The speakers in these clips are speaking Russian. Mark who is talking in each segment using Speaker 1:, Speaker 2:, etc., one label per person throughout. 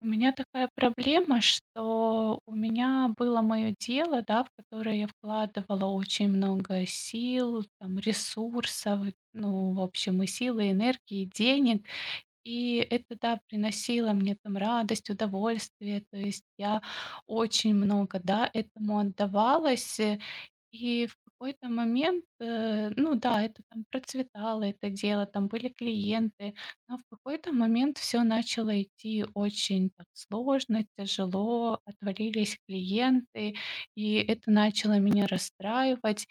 Speaker 1: У меня такая проблема, что у меня было моё дело, да, в которое я вкладывала очень много сил, там, ресурсов, ну, в общем, и силы, и энергии, и денег. И это, да, приносило мне там радость, удовольствие. То есть я очень много, да, этому отдавалась. И в какой-то момент, ну да, это там процветало, это дело, там были клиенты, но в какой-то момент все начало идти очень так сложно, тяжело, отвалились клиенты, и это начало меня расстраивать.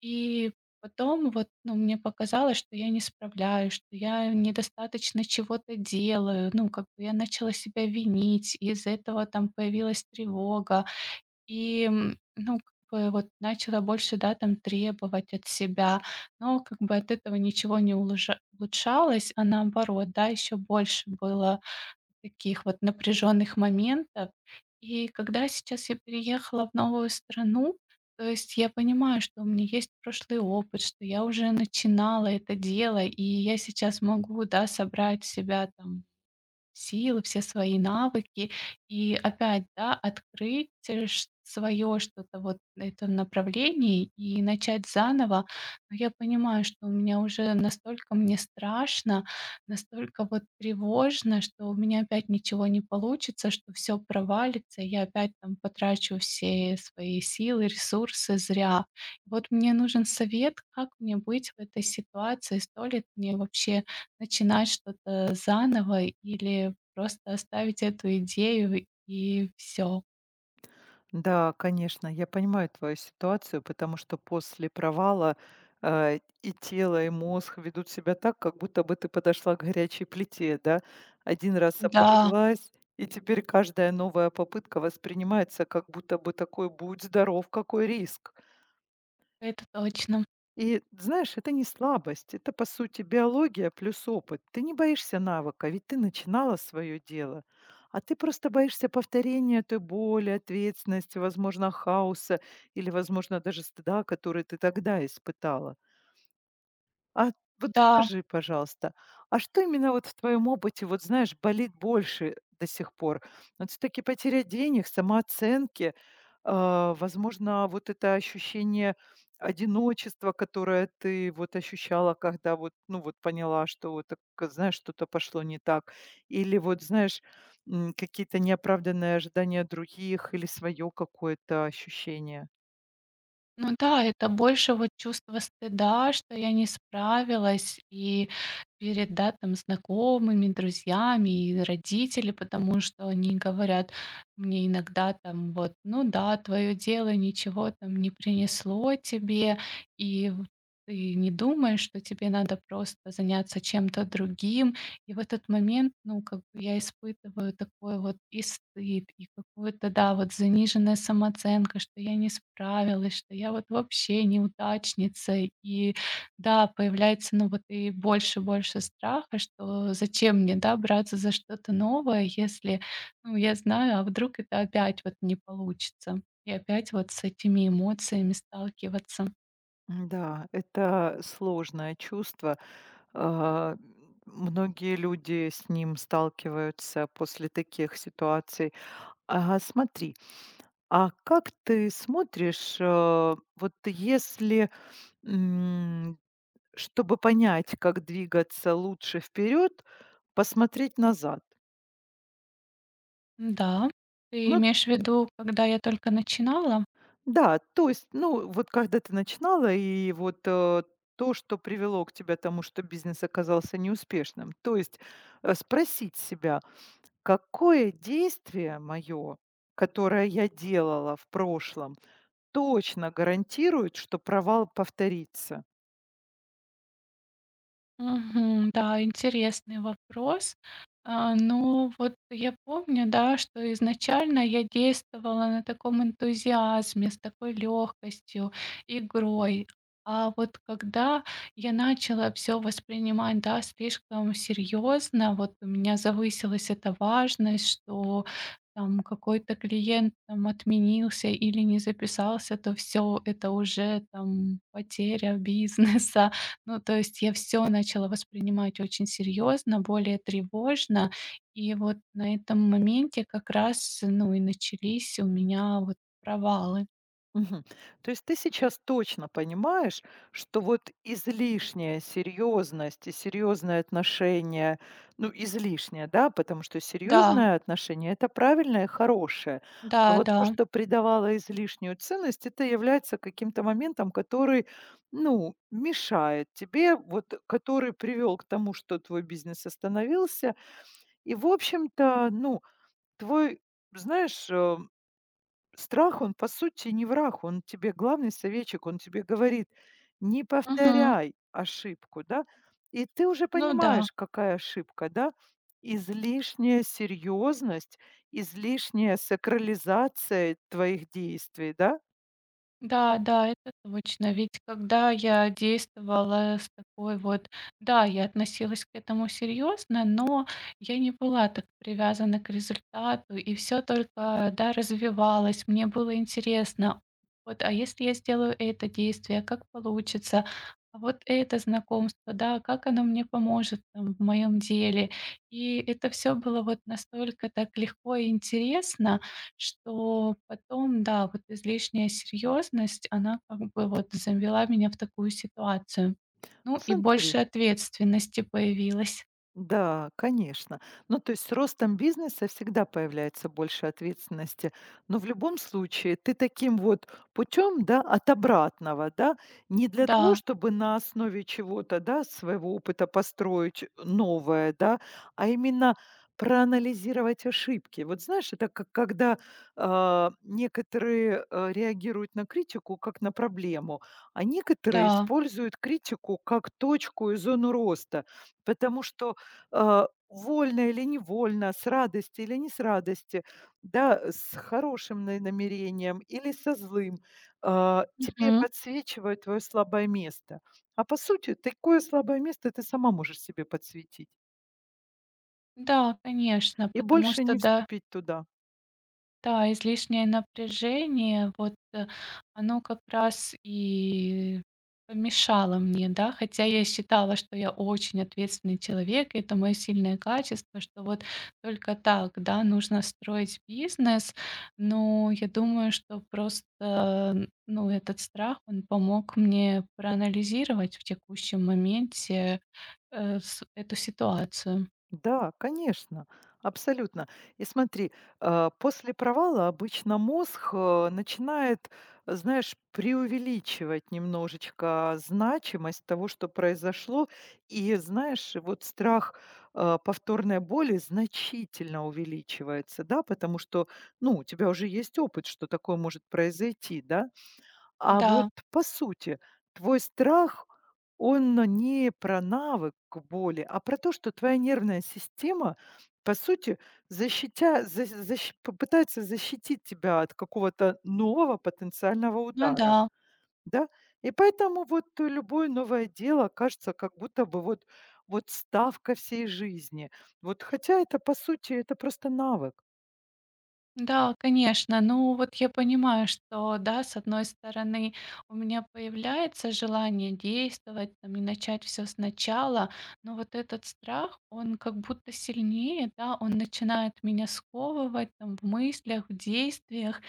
Speaker 1: И потом вот, ну, мне показалось, что я не справляюсь, что я недостаточно чего-то делаю. Ну, как бы я начала себя винить, из-за этого там появилась тревога. Ну, как бы вот начала больше, да, там требовать от себя. Но как бы от этого ничего не улыжа- улучшалось, а наоборот, да, еще больше было таких вот напряженных моментов. И когда сейчас я переехала в новую страну, то есть я понимаю, что у меня есть прошлый опыт, что я уже начинала это дело, и я сейчас могу, да, собрать себя там силы, все свои навыки. И опять, да, открыть свое что-то вот на этом направлении и начать заново. Но я понимаю, что у меня уже настолько мне страшно, настолько вот тревожно, что у меня опять ничего не получится, что все провалится, и я опять там потрачу все свои силы, ресурсы зря. Вот мне нужен совет, как мне быть в этой ситуации, стоит мне вообще начинать что-то заново или просто оставить эту идею и все.
Speaker 2: Да, конечно, я понимаю твою ситуацию, потому что после провала и тело, и мозг ведут себя так, как будто бы ты подошла к горячей плите, да? Один раз
Speaker 1: Да,
Speaker 2: обожглась, и теперь каждая новая попытка воспринимается как будто бы такой «будь здоров, какой риск».
Speaker 1: это точно.
Speaker 2: И знаешь, это не слабость, это по сути биология плюс опыт. Ты не боишься навыка, ведь ты начинала свое дело. А ты просто боишься повторения той боли, ответственности, возможно, хаоса или, возможно, даже стыда, который ты тогда испытала. А вот
Speaker 1: Да,
Speaker 2: скажи, пожалуйста, а что именно вот в твоем опыте, вот знаешь, болит больше до сих пор? Вот все-таки потеря денег, самооценки, а, возможно, вот это ощущение одиночества, которое ты вот ощущала, когда вот, ну вот поняла, что вот, так, знаешь, что-то пошло не так, или вот, знаешь, какие-то неоправданные ожидания других, или свое какое-то ощущение.
Speaker 1: ну да, это больше вот чувство стыда, что я не справилась и перед, да, там, знакомыми, друзьями и родители, потому что они говорят мне иногда там вот: "Ну да, твое дело ничего там не принесло тебе, и в ты не думаешь, что тебе надо просто заняться чем-то другим?" И в этот момент, ну, как бы я испытываю такой вот и стыд, и какую-то, да, вот заниженная самооценка, что я не справилась, что я вот вообще неудачница. И да, появляется, ну, вот и больше страха, что зачем мне, да, браться за что-то новое, если, ну, я знаю, а вдруг это опять вот не получится. И опять вот с этими эмоциями сталкиваться.
Speaker 2: Да, это сложное чувство. А, Многие люди с ним сталкиваются после таких ситуаций. Ага, смотри, а как ты смотришь, вот если, м, чтобы понять, как двигаться лучше вперед, посмотреть назад?
Speaker 1: Да. Ты
Speaker 2: Ну
Speaker 1: имеешь в виду, когда я только начинала?
Speaker 2: да, то есть, ну вот когда ты начинала, и вот то, что привело к тебе тому, что бизнес оказался неуспешным. То есть спросить себя, какое действие мое, которое я делала в прошлом, точно гарантирует, что провал повторится?
Speaker 1: Мгм. Да, интересный вопрос. А, ну, вот я помню, да, что изначально я действовала на таком энтузиазме, с такой легкостью, игрой. А вот когда я начала все воспринимать, да, слишком серьезно, вот у меня завысилась эта важность, что там какой-то клиент там отменился или не записался, то все, это уже там потеря бизнеса. Ну, то есть я все начала воспринимать очень серьезно, более тревожно. И вот на этом моменте как раз, ну, и начались у меня вот провалы.
Speaker 2: Мгм. То есть ты сейчас точно понимаешь, что вот излишняя серьезность и серьезное отношение, ну, излишнее, да, потому что
Speaker 1: Да,
Speaker 2: серьезное отношение — это правильное и хорошее. А вот
Speaker 1: да-да.
Speaker 2: то, что придавало излишнюю ценность, это является каким-то моментом, который, ну, мешает тебе, вот, который привел к тому, что твой бизнес остановился. И, в общем-то, ну, твой, знаешь, страх, он, по сути, не враг, он тебе главный советчик, он тебе говорит: «Не
Speaker 1: Мгм.
Speaker 2: повторяй ошибку», да. И ты уже
Speaker 1: Ну да.
Speaker 2: понимаешь, какая ошибка, да. Излишняя серьезность, излишняя сакрализация твоих действий, да.
Speaker 1: Да, да, это точно. Ведь когда я действовала с такой вот да, я относилась к этому серьезно, но я не была так привязана к результату, и все только, да, развивалось, мне было интересно. Вот, а если я сделаю это действие, как получится? А вот это знакомство, да, как оно мне поможет там в моем деле? И это все было вот настолько так легко и интересно, что потом, да, вот излишняя серьезность, она как бы вот завела меня в такую ситуацию.
Speaker 2: Ну,
Speaker 1: Ну и
Speaker 2: смотри.
Speaker 1: больше ответственности появилось.
Speaker 2: Да, конечно. Ну, то есть с ростом бизнеса всегда появляется больше ответственности. Но в любом случае ты таким вот путем, да, от обратного, да, не для того,
Speaker 1: Да,
Speaker 2: чтобы на основе чего-то, да, своего опыта построить новое, да, а именно проанализировать ошибки. Вот знаешь, это как когда некоторые реагируют на критику как на проблему, а некоторые
Speaker 1: да.
Speaker 2: используют критику как точку и зону роста, потому что вольно или невольно, с радости или не с радости, да, с хорошим намерением или со злым, тебе
Speaker 1: Мгм.
Speaker 2: подсвечивают твое слабое место. А по сути, такое слабое место ты сама можешь себе подсветить
Speaker 1: Да, конечно,
Speaker 2: и
Speaker 1: потому
Speaker 2: больше
Speaker 1: что
Speaker 2: не
Speaker 1: да.
Speaker 2: вступить туда.
Speaker 1: Да, излишнее напряжение, вот, оно как раз и помешало мне, да. Хотя я считала, что я очень ответственный человек, и это моё сильное качество, что вот только так, да, нужно строить бизнес. Но я думаю, что просто, н ну, этот страх, он помог мне проанализировать в текущем моменте, с эту ситуацию.
Speaker 2: Да, конечно, абсолютно. И смотри, после провала обычно мозг начинает, знаешь, преувеличивать немножечко значимость того, что произошло. И, знаешь, и вот страх повторной боли значительно увеличивается, да, потому что, ну, у тебя уже есть опыт, что такое может произойти, да, а вот,
Speaker 1: Да,
Speaker 2: по сути, твой страх, он не про навык к боли, а про то, что твоя нервная система, по сути, попытается защитить тебя от какого-то нового потенциального
Speaker 1: ну
Speaker 2: удара.
Speaker 1: да.
Speaker 2: Да? И поэтому вот любое новое дело кажется как будто бы вот, вот ставка всей жизни. Вот, хотя это, по сути, это просто навык.
Speaker 1: Да, конечно. Ну, вот я понимаю, что да, с одной стороны, у меня появляется желание действовать там и начать все сначала, но вот этот страх, он как будто сильнее, да, он начинает меня сковывать там в мыслях, в действиях.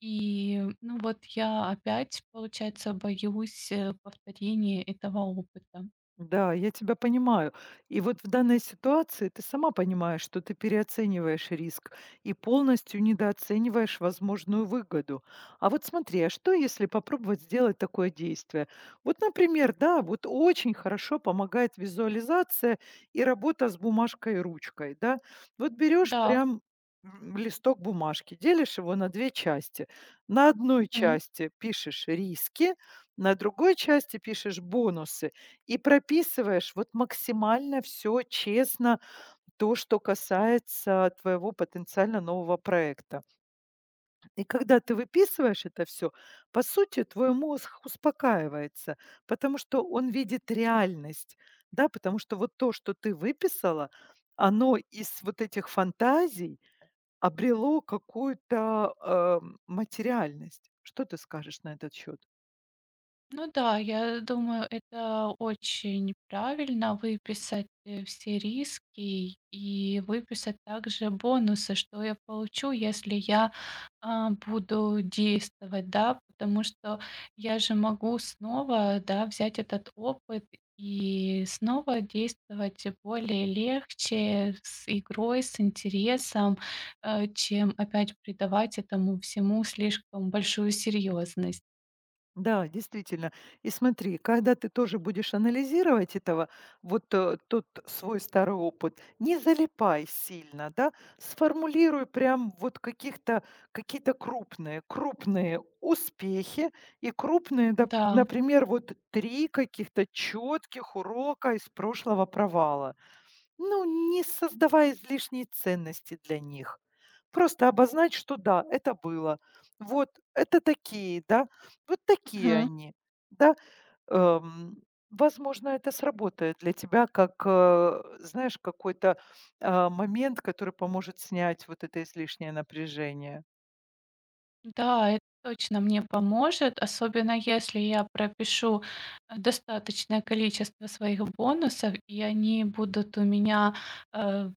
Speaker 1: И, ну, вот я опять, получается, боюсь, повторения этого опыта.
Speaker 2: Да, я тебя понимаю. И вот в данной ситуации ты сама понимаешь, что ты переоцениваешь риск и полностью недооцениваешь возможную выгоду. А вот смотри, а что если попробовать сделать такое действие? Вот, например, да, вот очень хорошо помогает визуализация и работа с бумажкой и ручкой, да. Вот берешь
Speaker 1: Да.
Speaker 2: прям листок бумажки, делишь его на две части. На одной
Speaker 1: Мгм.
Speaker 2: части пишешь риски, на другой части пишешь бонусы. И прописываешь вот максимально все честно, то, что касается твоего потенциально нового проекта. И когда ты выписываешь это все, по сути, твой мозг успокаивается, потому что он видит реальность, да, потому что вот то, что ты выписала, оно из вот этих фантазий обрело какую-то, материальность. Что ты скажешь на этот счет?
Speaker 1: Ну да, я думаю, это очень правильно выписать все риски и выписать также бонусы, что я получу, если я буду действовать, да, потому что я же могу снова, да, взять этот опыт и снова действовать более легче с игрой, с интересом, чем опять придавать этому всему слишком большую серьезность.
Speaker 2: Да, действительно. И смотри, когда ты тоже будешь анализировать этого, вот тот свой старый опыт, не залипай сильно, да, сформулируй прям вот каких-то, какие-то крупные, крупные успехи и крупные,
Speaker 1: Да.
Speaker 2: например, вот три каких-то четких урока из прошлого провала. Ну, не создавая излишней ценности для них. Просто обозначь, что да, это было. Вот это такие, да, вот такие
Speaker 1: Мгм.
Speaker 2: они, да. Эм, Возможно, это сработает для тебя как, знаешь, какой-то момент, который поможет снять вот это излишнее напряжение.
Speaker 1: Да, это точно мне поможет, особенно если я пропишу, достаточное количество своих бонусов, и они будут у меня, э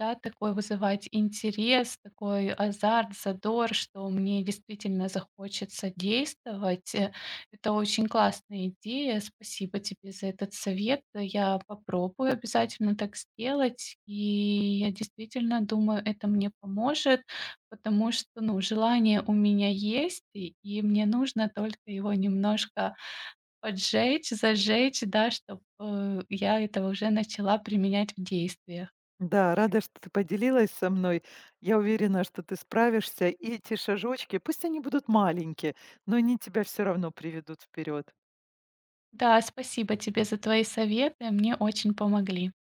Speaker 1: да, такой вызывать интерес, такой азарт, задор, что мне действительно захочется действовать. Это очень классная идея. Спасибо тебе за этот совет. Я попробую обязательно так сделать. И я действительно думаю, это мне поможет, потому что, ну, желание у меня есть, и мне нужно только его немножко поджечь, зажечь, да, чтобы я этого уже начала применять в действие.
Speaker 2: Да, рада, что ты поделилась со мной. Я уверена, что ты справишься. И эти шажочки, пусть они будут маленькие, но они тебя все равно приведут вперед.
Speaker 1: Да, спасибо тебе за твои советы, мне очень помогли.